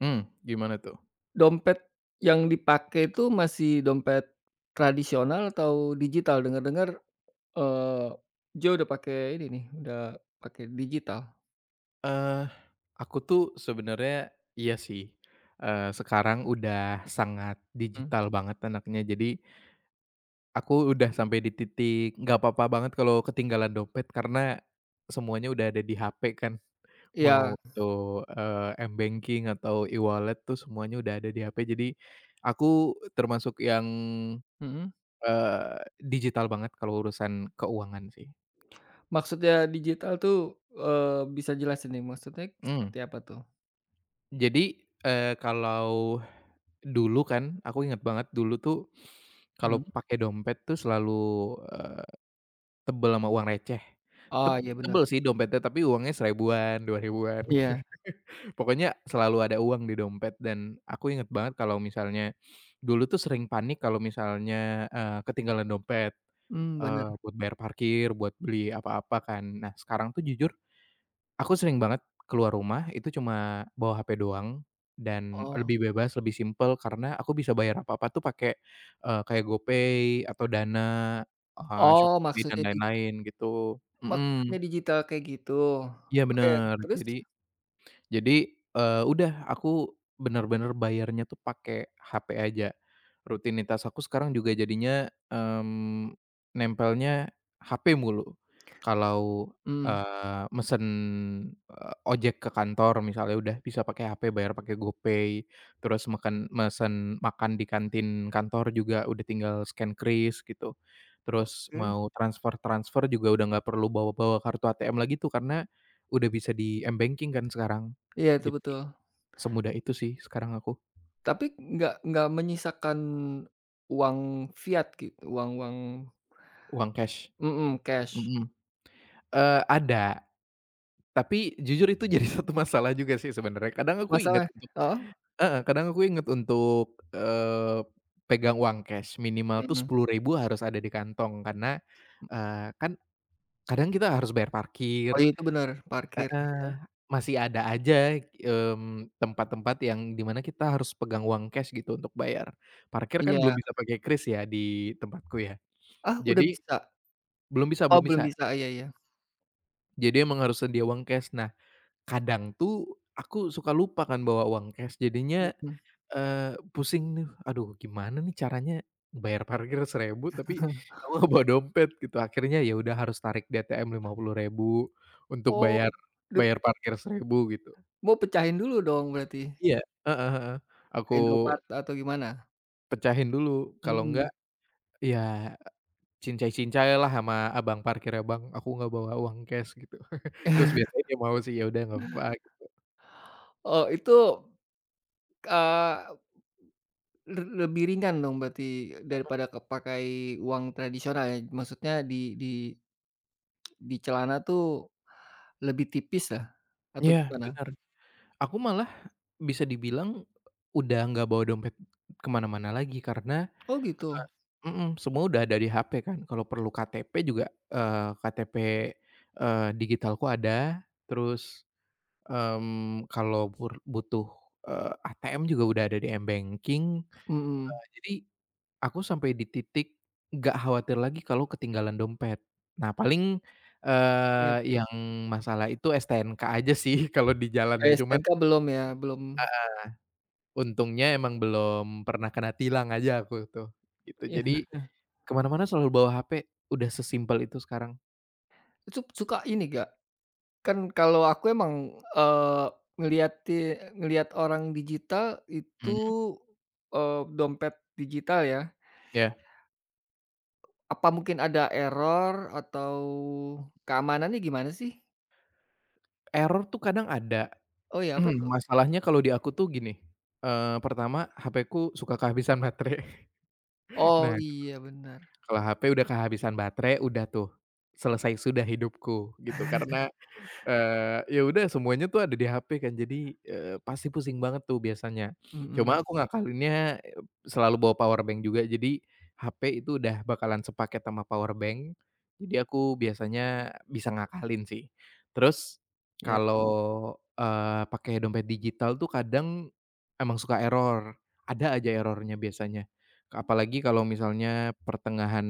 Hmm, gimana tuh? Dompet yang dipakai itu masih dompet tradisional atau digital? Dengar-dengar, eee, Joe udah pakai ini nih, udah pakai digital. Eh, aku tuh sebenarnya iya sih, sekarang udah sangat Mmm, digital banget anaknya. Jadi aku udah sampai di titik nggak apa-apa banget kalau ketinggalan dompet karena semuanya udah ada di HP kan. iya, Mau itu, m-banking atau e-wallet tuh semuanya udah ada di HP. Jadi aku termasuk yang, mhm. Digital banget kalau urusan keuangan sih. Maksudnya digital tuh, eee, bisa jelasin nih maksudnya Hmm, seperti apa tuh? jadi, eee, kalau Dulu kan, aku inget banget dulu tuh kalau Mhm. pakai dompet tuh selalu, eee, tebel sama uang receh. Teb Oh iya bener, tebel sih dompetnya tapi uangnya 1000-an 2000-an gitu. iya, Pokoknya selalu ada uang di dompet dan aku inget banget kalau misalnya dulu tuh sering panik kalau misalnya, ketinggalan dompet, bener. Buat bayar parkir, buat beli apa-apa kan. Nah sekarang tuh jujur aku sering banget keluar rumah itu cuma bawa HP doang dan Oh lebih bebas, lebih simpel karena aku bisa bayar apa-apa tuh pakai, kayak GoPay atau Dana, oh, Shopee dan maksudnya di lain-lain gitu. Mhm, maksudnya digital kayak gitu? iya Oke, bener. terus? Jadi, udah aku benar-benar bayarnya tuh pakai HP aja. Rutinitas aku sekarang juga jadinya, nempelnya HP mulu. Kalau, Mhm, eee, mesen, ojek ke kantor misalnya udah bisa pakai HP, bayar pakai GoPay, terus mesen makan di kantin kantor juga udah tinggal scan kris gitu. Terus oke, mau transfer-transfer juga udah nggak perlu bawa-bawa kartu ATM lagi tuh karena udah bisa di m-banking kan sekarang. iya itu Jadi betul. semudah itu sih sekarang aku, Tapi nggak menyisakan uang fiat gitu, uang uang uang cash. mhm, cash. Mhm. Ada, tapi jujur itu jadi satu masalah juga sih sebenarnya. Kadang aku inget Masalah untuk heeh, heeh, kadang aku inget untuk, eee, pegang uang cash minimal tuh mhm. 10.000 harus ada di kantong karena, kan kadang kita harus bayar parkir Oh iya itu bener, parkir. heeh, masih ada aja, tempat-tempat yang di mana kita harus pegang uang cash gitu untuk bayar. Parkir kan Iya. belum bisa pakai kris ya di tempatku ya. Ah udah Jadi bisa? belum bisa Oh belum belum bisa. bisa, iya iya. Jadi emang harus sedia uang cash. Nah, kadang tuh aku suka lupa kan bawa uang cash, jadinya, Mhm. Pusing nih, "Aduh gimana nih caranya bayar parkir 1.000 tapi aku nggak bawa dompet," gitu. Akhirnya ya udah harus tarik di ATM puluh ribu untuk Oh, bayar dep bayar parkir 1.000 gitu. mau pecahin dulu dong berarti, Iya, heeh heeh. ke Aku Indomart atau gimana? pecahin dulu, kalau enggak Mhm. ya cincai-cincailah sama abang parkirnya, "Bang, aku nggak bawa uang cash," gitu. Terus biasanya dia mau sih, ya udah nggak apa-apa. Oh itu, eee, le lebih ringan dong berarti daripada ke pakai uang tradisional ya? Maksudnya di di celana tuh. Lebih tipis ya? Atau Iya, gimana? benar. Aku malah bisa dibilang udah nggak bawa dompet kemana-mana lagi karena Oh gitu? Mhm, semua udah ada di HP kan. Kalau perlu KTP juga, KTP, digitalku ada, terus, kalau butuh, ATM juga udah ada di m-banking. Mhm, Nah, jadi aku sampai di titik nggak khawatir lagi kalau ketinggalan dompet. Nah, paling, iya. Yang masalah itu STNK aja sih kalau di jalan ya, Kayak cuman, STNK belum ya, belum Untungnya emang belum pernah kena tilang aja aku tuh, gitu. iya. Jadi, ke mana-mana selalu bawa HP, udah sesimpel itu sekarang. Itu suka ini gak, kan kalau aku emang, eee, ngeliati ngelihat orang digital Mhm. itu, dompet digital ya, Ya, apa mungkin ada error atau keamanannya gimana sih? error tuh kadang ada. Oh ya apa tuh? Masalahnya kalau di aku tuh gini, pertama HP-ku suka kehabisan baterai. Oh Nah, iya bener, kalau HP udah kehabisan baterai, udah tuh, selesai sudah hidupku, gitu. Karena ya udah semuanya tuh ada di HP kan jadi, pasti pusing banget tuh biasanya. mhm, Cuma aku ngakalinnya, selalu bawa power bank juga jadi HP itu udah bakalan sepaket sama power bank, jadi aku biasanya bisa ngakalin sih. Terus iya kalau, pakai dompet digital tuh kadang emang suka error, ada aja errornya biasanya. Apalagi kalau misalnya pertengahan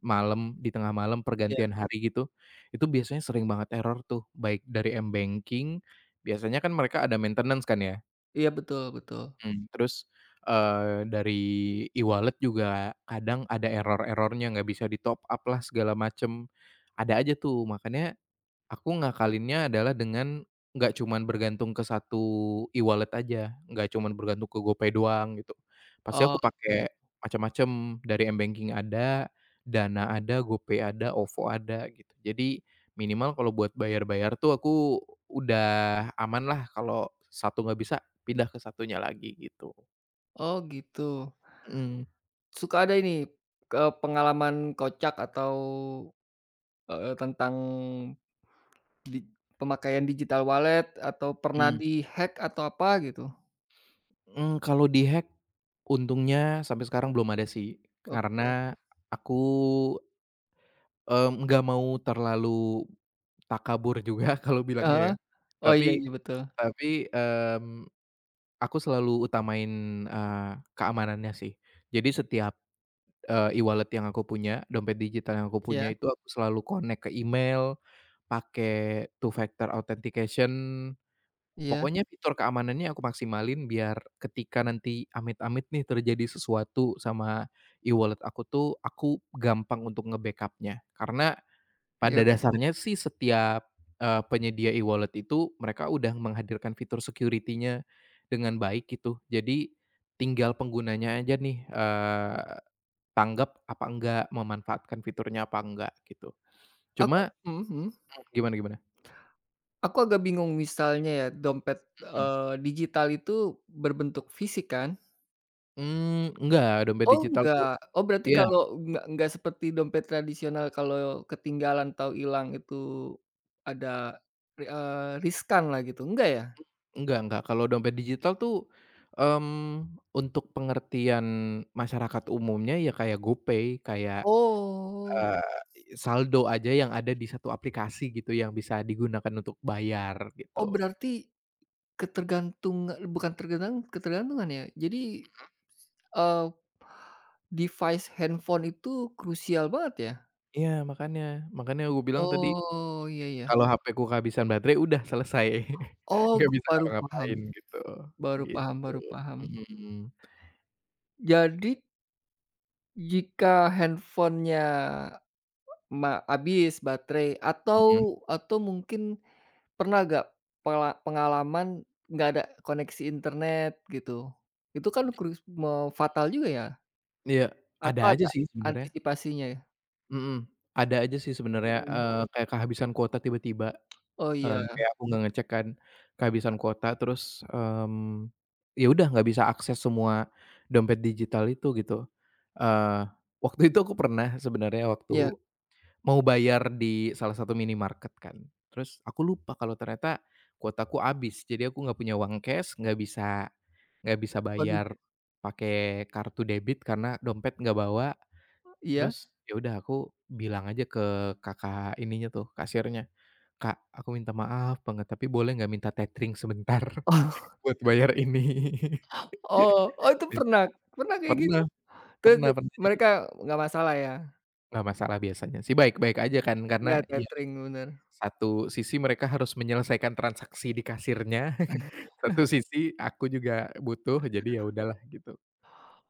malam, di tengah malam iya pergantian hari gitu, itu biasanya sering banget error tuh, baik dari m-banking, biasanya kan mereka ada maintenance kan ya, iya betul betul. Mhm. terus, dari e-wallet juga kadang ada error-errornya, nggak bisa di-top up lah segala macem, ada aja tuh. Makanya aku ngakalinnya adalah dengan nggak cuman bergantung ke satu e-wallet aja, nggak cuman bergantung ke GoPay doang gitu. Pasti aku Oke, pakai macam-macam, dari m-banking ada, Dana ada, GoPay ada, OVO ada gitu. Jadi minimal kalau buat bayar-bayar tuh aku udah aman lah kalau satu nggak bisa pindah ke satunya lagi gitu. oh gitu. Mhm, mhm. Suka ada ini, pengalaman kocak atau, tentang di pemakaian digital wallet atau pernah Mmm. di-hack atau apa gitu? Mhm, kalau di-hack untungnya sampai sekarang belum ada sih, Oke. karena aku nggak mau terlalu takabur juga kalau Heeh. bilangnya ya. Oh iya Tapi iya betul. tapi, aku selalu utamain, eee, keamanannya sih. Jadi setiap, e-wallet yang aku punya, dompet digital yang aku Iya punya itu aku selalu connect ke email, pakai two factor authentication, iya pokoknya fitur keamanannya aku maksimalin biar ketika nanti amit-amit nih terjadi sesuatu sama e-wallet aku tuh, aku gampang untuk nge-backup-nya. Karena pada iya. dasarnya sih setiap, penyedia e-wallet itu mereka udah menghadirkan fitur security-nya dengan baik gitu. Jadi tinggal penggunanya aja nih, tanggap apa enggak, memanfaatkan fiturnya apa enggak gitu. Aku Cuma mhm mhm. Gimana gimana? Aku agak bingung misalnya ya dompet, Mhm. Digital itu berbentuk fisik kan? Enggak, dompet Oh digital enggak? tuh Oh berarti iya, kalau enggak seperti dompet tradisional kalau ketinggalan atau hilang itu ada, eee, riskan lah gitu, enggak ya? enggak. Kalau dompet digital tuh, untuk pengertian masyarakat umumnya ya kayak GoPay, kayak Oh. Eee, saldo aja yang ada di satu aplikasi gitu yang bisa digunakan untuk bayar Oh gitu. berarti ketergantung bukan tergenang ketergantungan ya? Jadi, eee, device handphone itu krusial banget ya? Iya, makanya aku bilang tadi Oh, iya iya. kalau hapeku kehabisan baterai udah selesai, Oh nggak bisa baru paham ngapa-ngapain gitu, baru paham gitu. baru paham. Mhm, Jadi jika handphonenya habis baterai mhm. atau mungkin pernah nggak pengalaman nggak ada koneksi internet gitu? Itu kan kurus fatal juga ya? Iya, ada Atau aja ada sih sebenarnya, antisipasinya ya? mhm, ada aja sih sebenarnya, Mhm. Kayak kehabisan kuota tiba-tiba. Oh iya, Kayak aku nggak ngecek kan, kehabisan kuota terus, ya udah nggak bisa akses semua dompet digital itu gitu. Eee, waktu itu aku pernah sebenarnya waktu iya. mau bayar di salah satu minimarket kan, terus aku lupa kalau ternyata kuotaku habis, jadi aku nggak punya uang cash, nggak bisa Waduh, bayar pakai kartu debit karena dompet nggak bawa, iya? terus ya udah aku bilang aja ke kakak ininya tuh, kasirnya. "Kak, aku minta maaf banget, tapi boleh nggak minta tethering sebentar buat bayar ini?" Oh oh oh itu Minta pernah pernah kayak gitu? pernah Terus pernah terus pernah, jadi mereka nggak masalah ya? nggak masalah biasanya sih, baik-baik aja kan, karena Ya, ya tethering bener. satu sisi mereka harus menyelesaikan transaksi di kasirnya, satu sisi aku juga butuh, jadi ya udahlah gitu.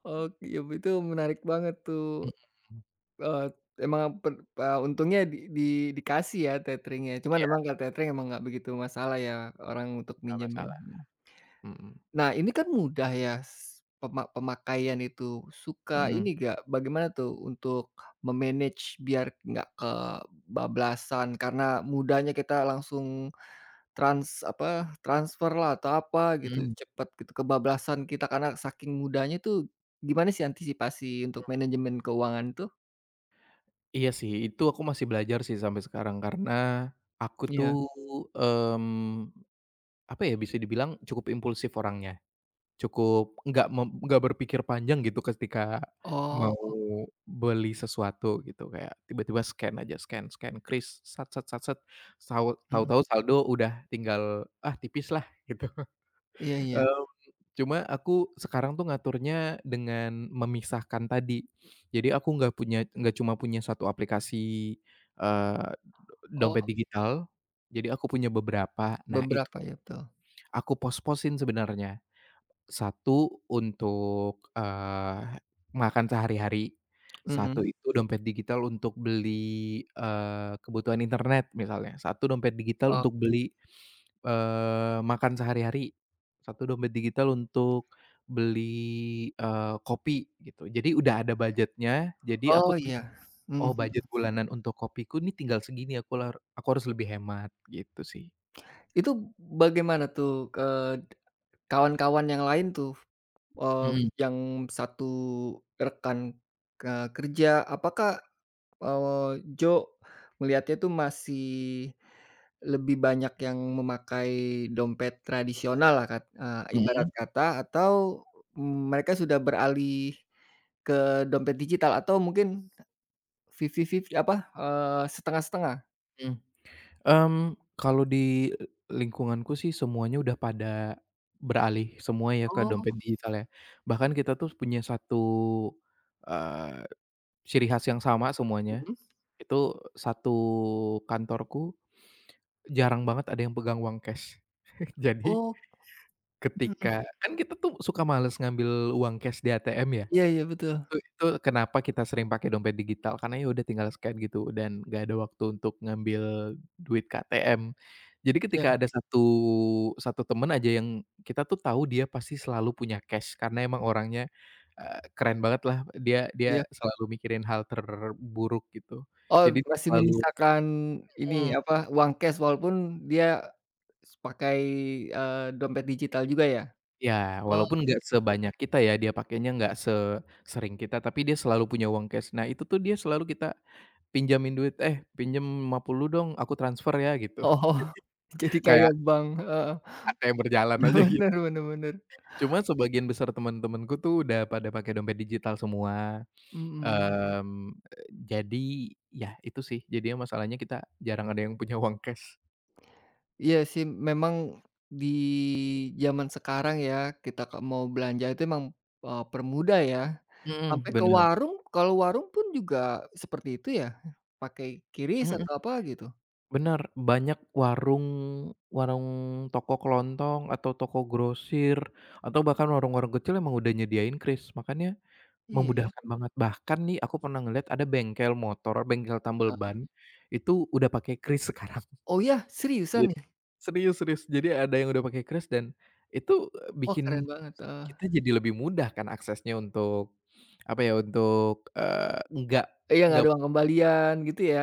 Oke, ya itu menarik banget tuh. Mhm, Eee, emang untungnya di dikasih ya tetringnya, cuman iya, emang kalau tetring emang nggak begitu masalah ya orang untuk nggak minjemin, masalah, mhm. mhm Nah ini kan mudah ya s pema pemakaian itu, suka mhm ini nggak, bagaimana tuh untuk me-manage biar nggak kebablasan karena mudahnya kita langsung apa, transferlah atau apa gitu, mhm. cepet gitu, kebablasan kita karena saking mudahnya tuh, gimana sih antisipasi untuk manajemen keuangan tuh? Iya sih, itu aku masih belajar sih sampai sekarang, karena aku tuh, Iya. mmm, apa ya, bisa dibilang cukup impulsif orangnya. Cukup nggak berpikir panjang gitu ketika mau Oh. beli sesuatu gitu, kayak tiba-tiba scan aja, scan scan kris, sat sat sat sat, Mhm, tahu-tahu saldo udah tinggal, ah, tipis lah gitu. iya iya. Mmm, cuma aku sekarang tuh ngaturnya dengan memisahkan tadi. Jadi aku nggak cuma punya satu aplikasi, eee, Oh, dompet digital, jadi aku punya beberapa. Nah, itu beberapa ya, betul. aku pos-posin sebenarnya satu untuk, makan sehari-hari, satu Mhm. itu dompet digital untuk beli, kebutuhan internet misalnya, satu dompet digital Oh untuk beli, makan sehari-hari, satu dompet digital untuk beli, kopi gitu. Jadi udah ada budget-nya, jadi aku oh, tuh, iya. Mhm "Oh budget mhm. bulanan untuk kopiku nih tinggal segini, aku harus lebih hemat," gitu sih. Itu bagaimana tuh, eee, kawan-kawan yang lain tuh, eee, Mhm, yang satu rekan, kerja, apakah, eee, Joe melihatnya tuh masih lebih banyak yang memakai dompet tradisional lah ibarat mhm, kata atau mereka sudah beralih ke dompet digital atau mungkin 50-50 apa, setengah-setengah? mhm. Kalau di lingkunganku sih semuanya udah pada beralih semua ya ke Oh, dompet digital ya. Bahkan kita tuh punya satu, eee, ciri khas yang sama semuanya, mhm. itu satu kantorku jarang banget ada yang pegang uang cash. Jadi Oh, mhm. ketika kan kita tuh suka males ngambil uang cash di ATM ya. Iya iya, betul. Itu kenapa kita sering pakai dompet digital, karena ya udah tinggal scan gitu dan nggak ada waktu untuk ngambil duit KTM. Jadi Iya ketika ada satu satu temen aja yang kita tuh tahu dia pasti selalu punya cash karena emang orangnya, keren banget lah, dia dia iya. selalu mikirin hal terburuk gitu. Oh, Jadi dia masih selalu menyisakan ini, mhm, apa, uang cash walaupun dia pakai, dompet digital juga ya? ya Oh. walaupun nggak sebanyak kita ya, dia pakainya nggak sesering kita, tapi dia selalu punya uang cash. Nah itu tuh dia selalu kita pinjamin duit, "Eh, pinjem rp puluh dong, aku transfer ya," gitu. Oh, jadi kayak Kayak bank, heeh. ATM berjalan aja gitu. Bener bener bener, Cuman sebagian besar teman-temanku tuh udah pada pakai dompet digital semua, mhm. Jadi ya itu sih, jadinya masalahnya kita jarang ada yang punya uang cash. Iya sih, memang di zaman sekarang ya, kita mau belanja itu emang, permudah ya. Mhm, Sampai ke bener. warung, kalau warung pun juga seperti itu ya? Pakai QRIS Mhm, atau apa gitu? bener, banyak warung warung toko kelontong atau toko grosir atau bahkan warung-warung kecil emang udah nyediain kris, makanya Iya ya, memudahkan banget, bahkan nih aku pernah ngeliat ada bengkel motor, bengkel tambal heeh. ban, itu udah pakai kris sekarang. Oh ya? Seriusan Jadi nih? serius serius, jadi ada yang udah pakai kris dan itu, Wah bikin keren banget, heeh. kita jadi lebih mudah kan aksesnya untuk, apa ya, untuk, nggak Iya nggak nggak ada uang punya alasan kembalian gitu ya?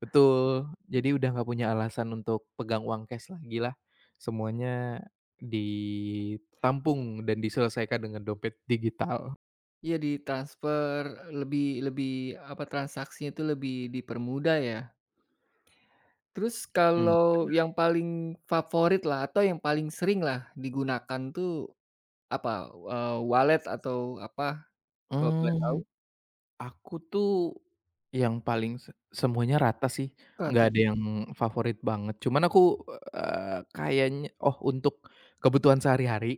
betul, jadi udah nggak punya alasan untuk pegang uang cash lagi lah, semuanya ditampung dan diselesaikan dengan dompet digital. Iya ditransfer, lebih lebih apa, transaksinya itu lebih dipermudah ya? Terus Mhm, kalau bener. yang paling favoritlah atau yang paling seringlah digunakan tuh apa, wallet atau apa kalau boleh tahu? Mmm. Aku tuh yang paling se semuanya rata sih, nggak Kereta ada yang Mhm. favorit banget. Cuman aku, kayaknya oh untuk kebutuhan sehari-hari,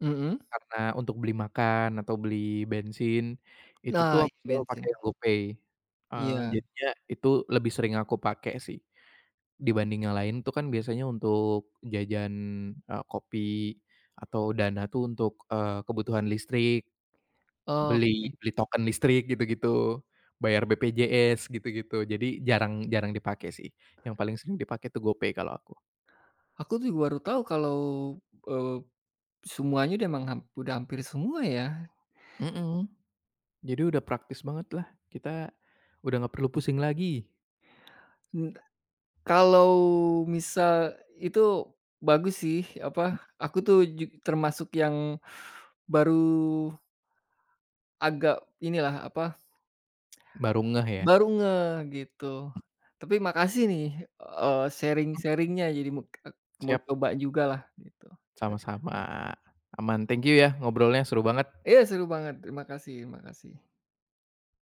mhm. karena untuk beli makan atau beli bensin, itu tuh Nah, aku iya selalu bensin. pakai GoPay, Iya. jadinya itu lebih sering aku pakai sih, dibanding yang lain tuh kan biasanya untuk jajan, kopi atau dana tuh untuk, kebutuhan listrik Oh. Beli beli token listrik gitu-gitu, bayar BPJS gitu-gitu. Jadi jarang jarang dipakai sih, yang paling sering dipakai tuh GoPay kalau aku. Aku tuh baru tahu kalau, eee, semuanya udah emang hampir semua ya. Mhm, jadi udah praktis banget lah, kita udah nggak perlu pusing lagi, N Kalau misal itu bagus sih, apa, aku tuh termasuk yang baru agak inilah, apa, baru ngeh ya. baru ngeh gitu. Tapi makasih nih, sharing-sharing-nya jadi muk ek mau Siap, coba jugalah gitu. sama-sama. Aman, thank you ya ngobrolnya seru banget. Iya seru banget, terima kasih terima kasih.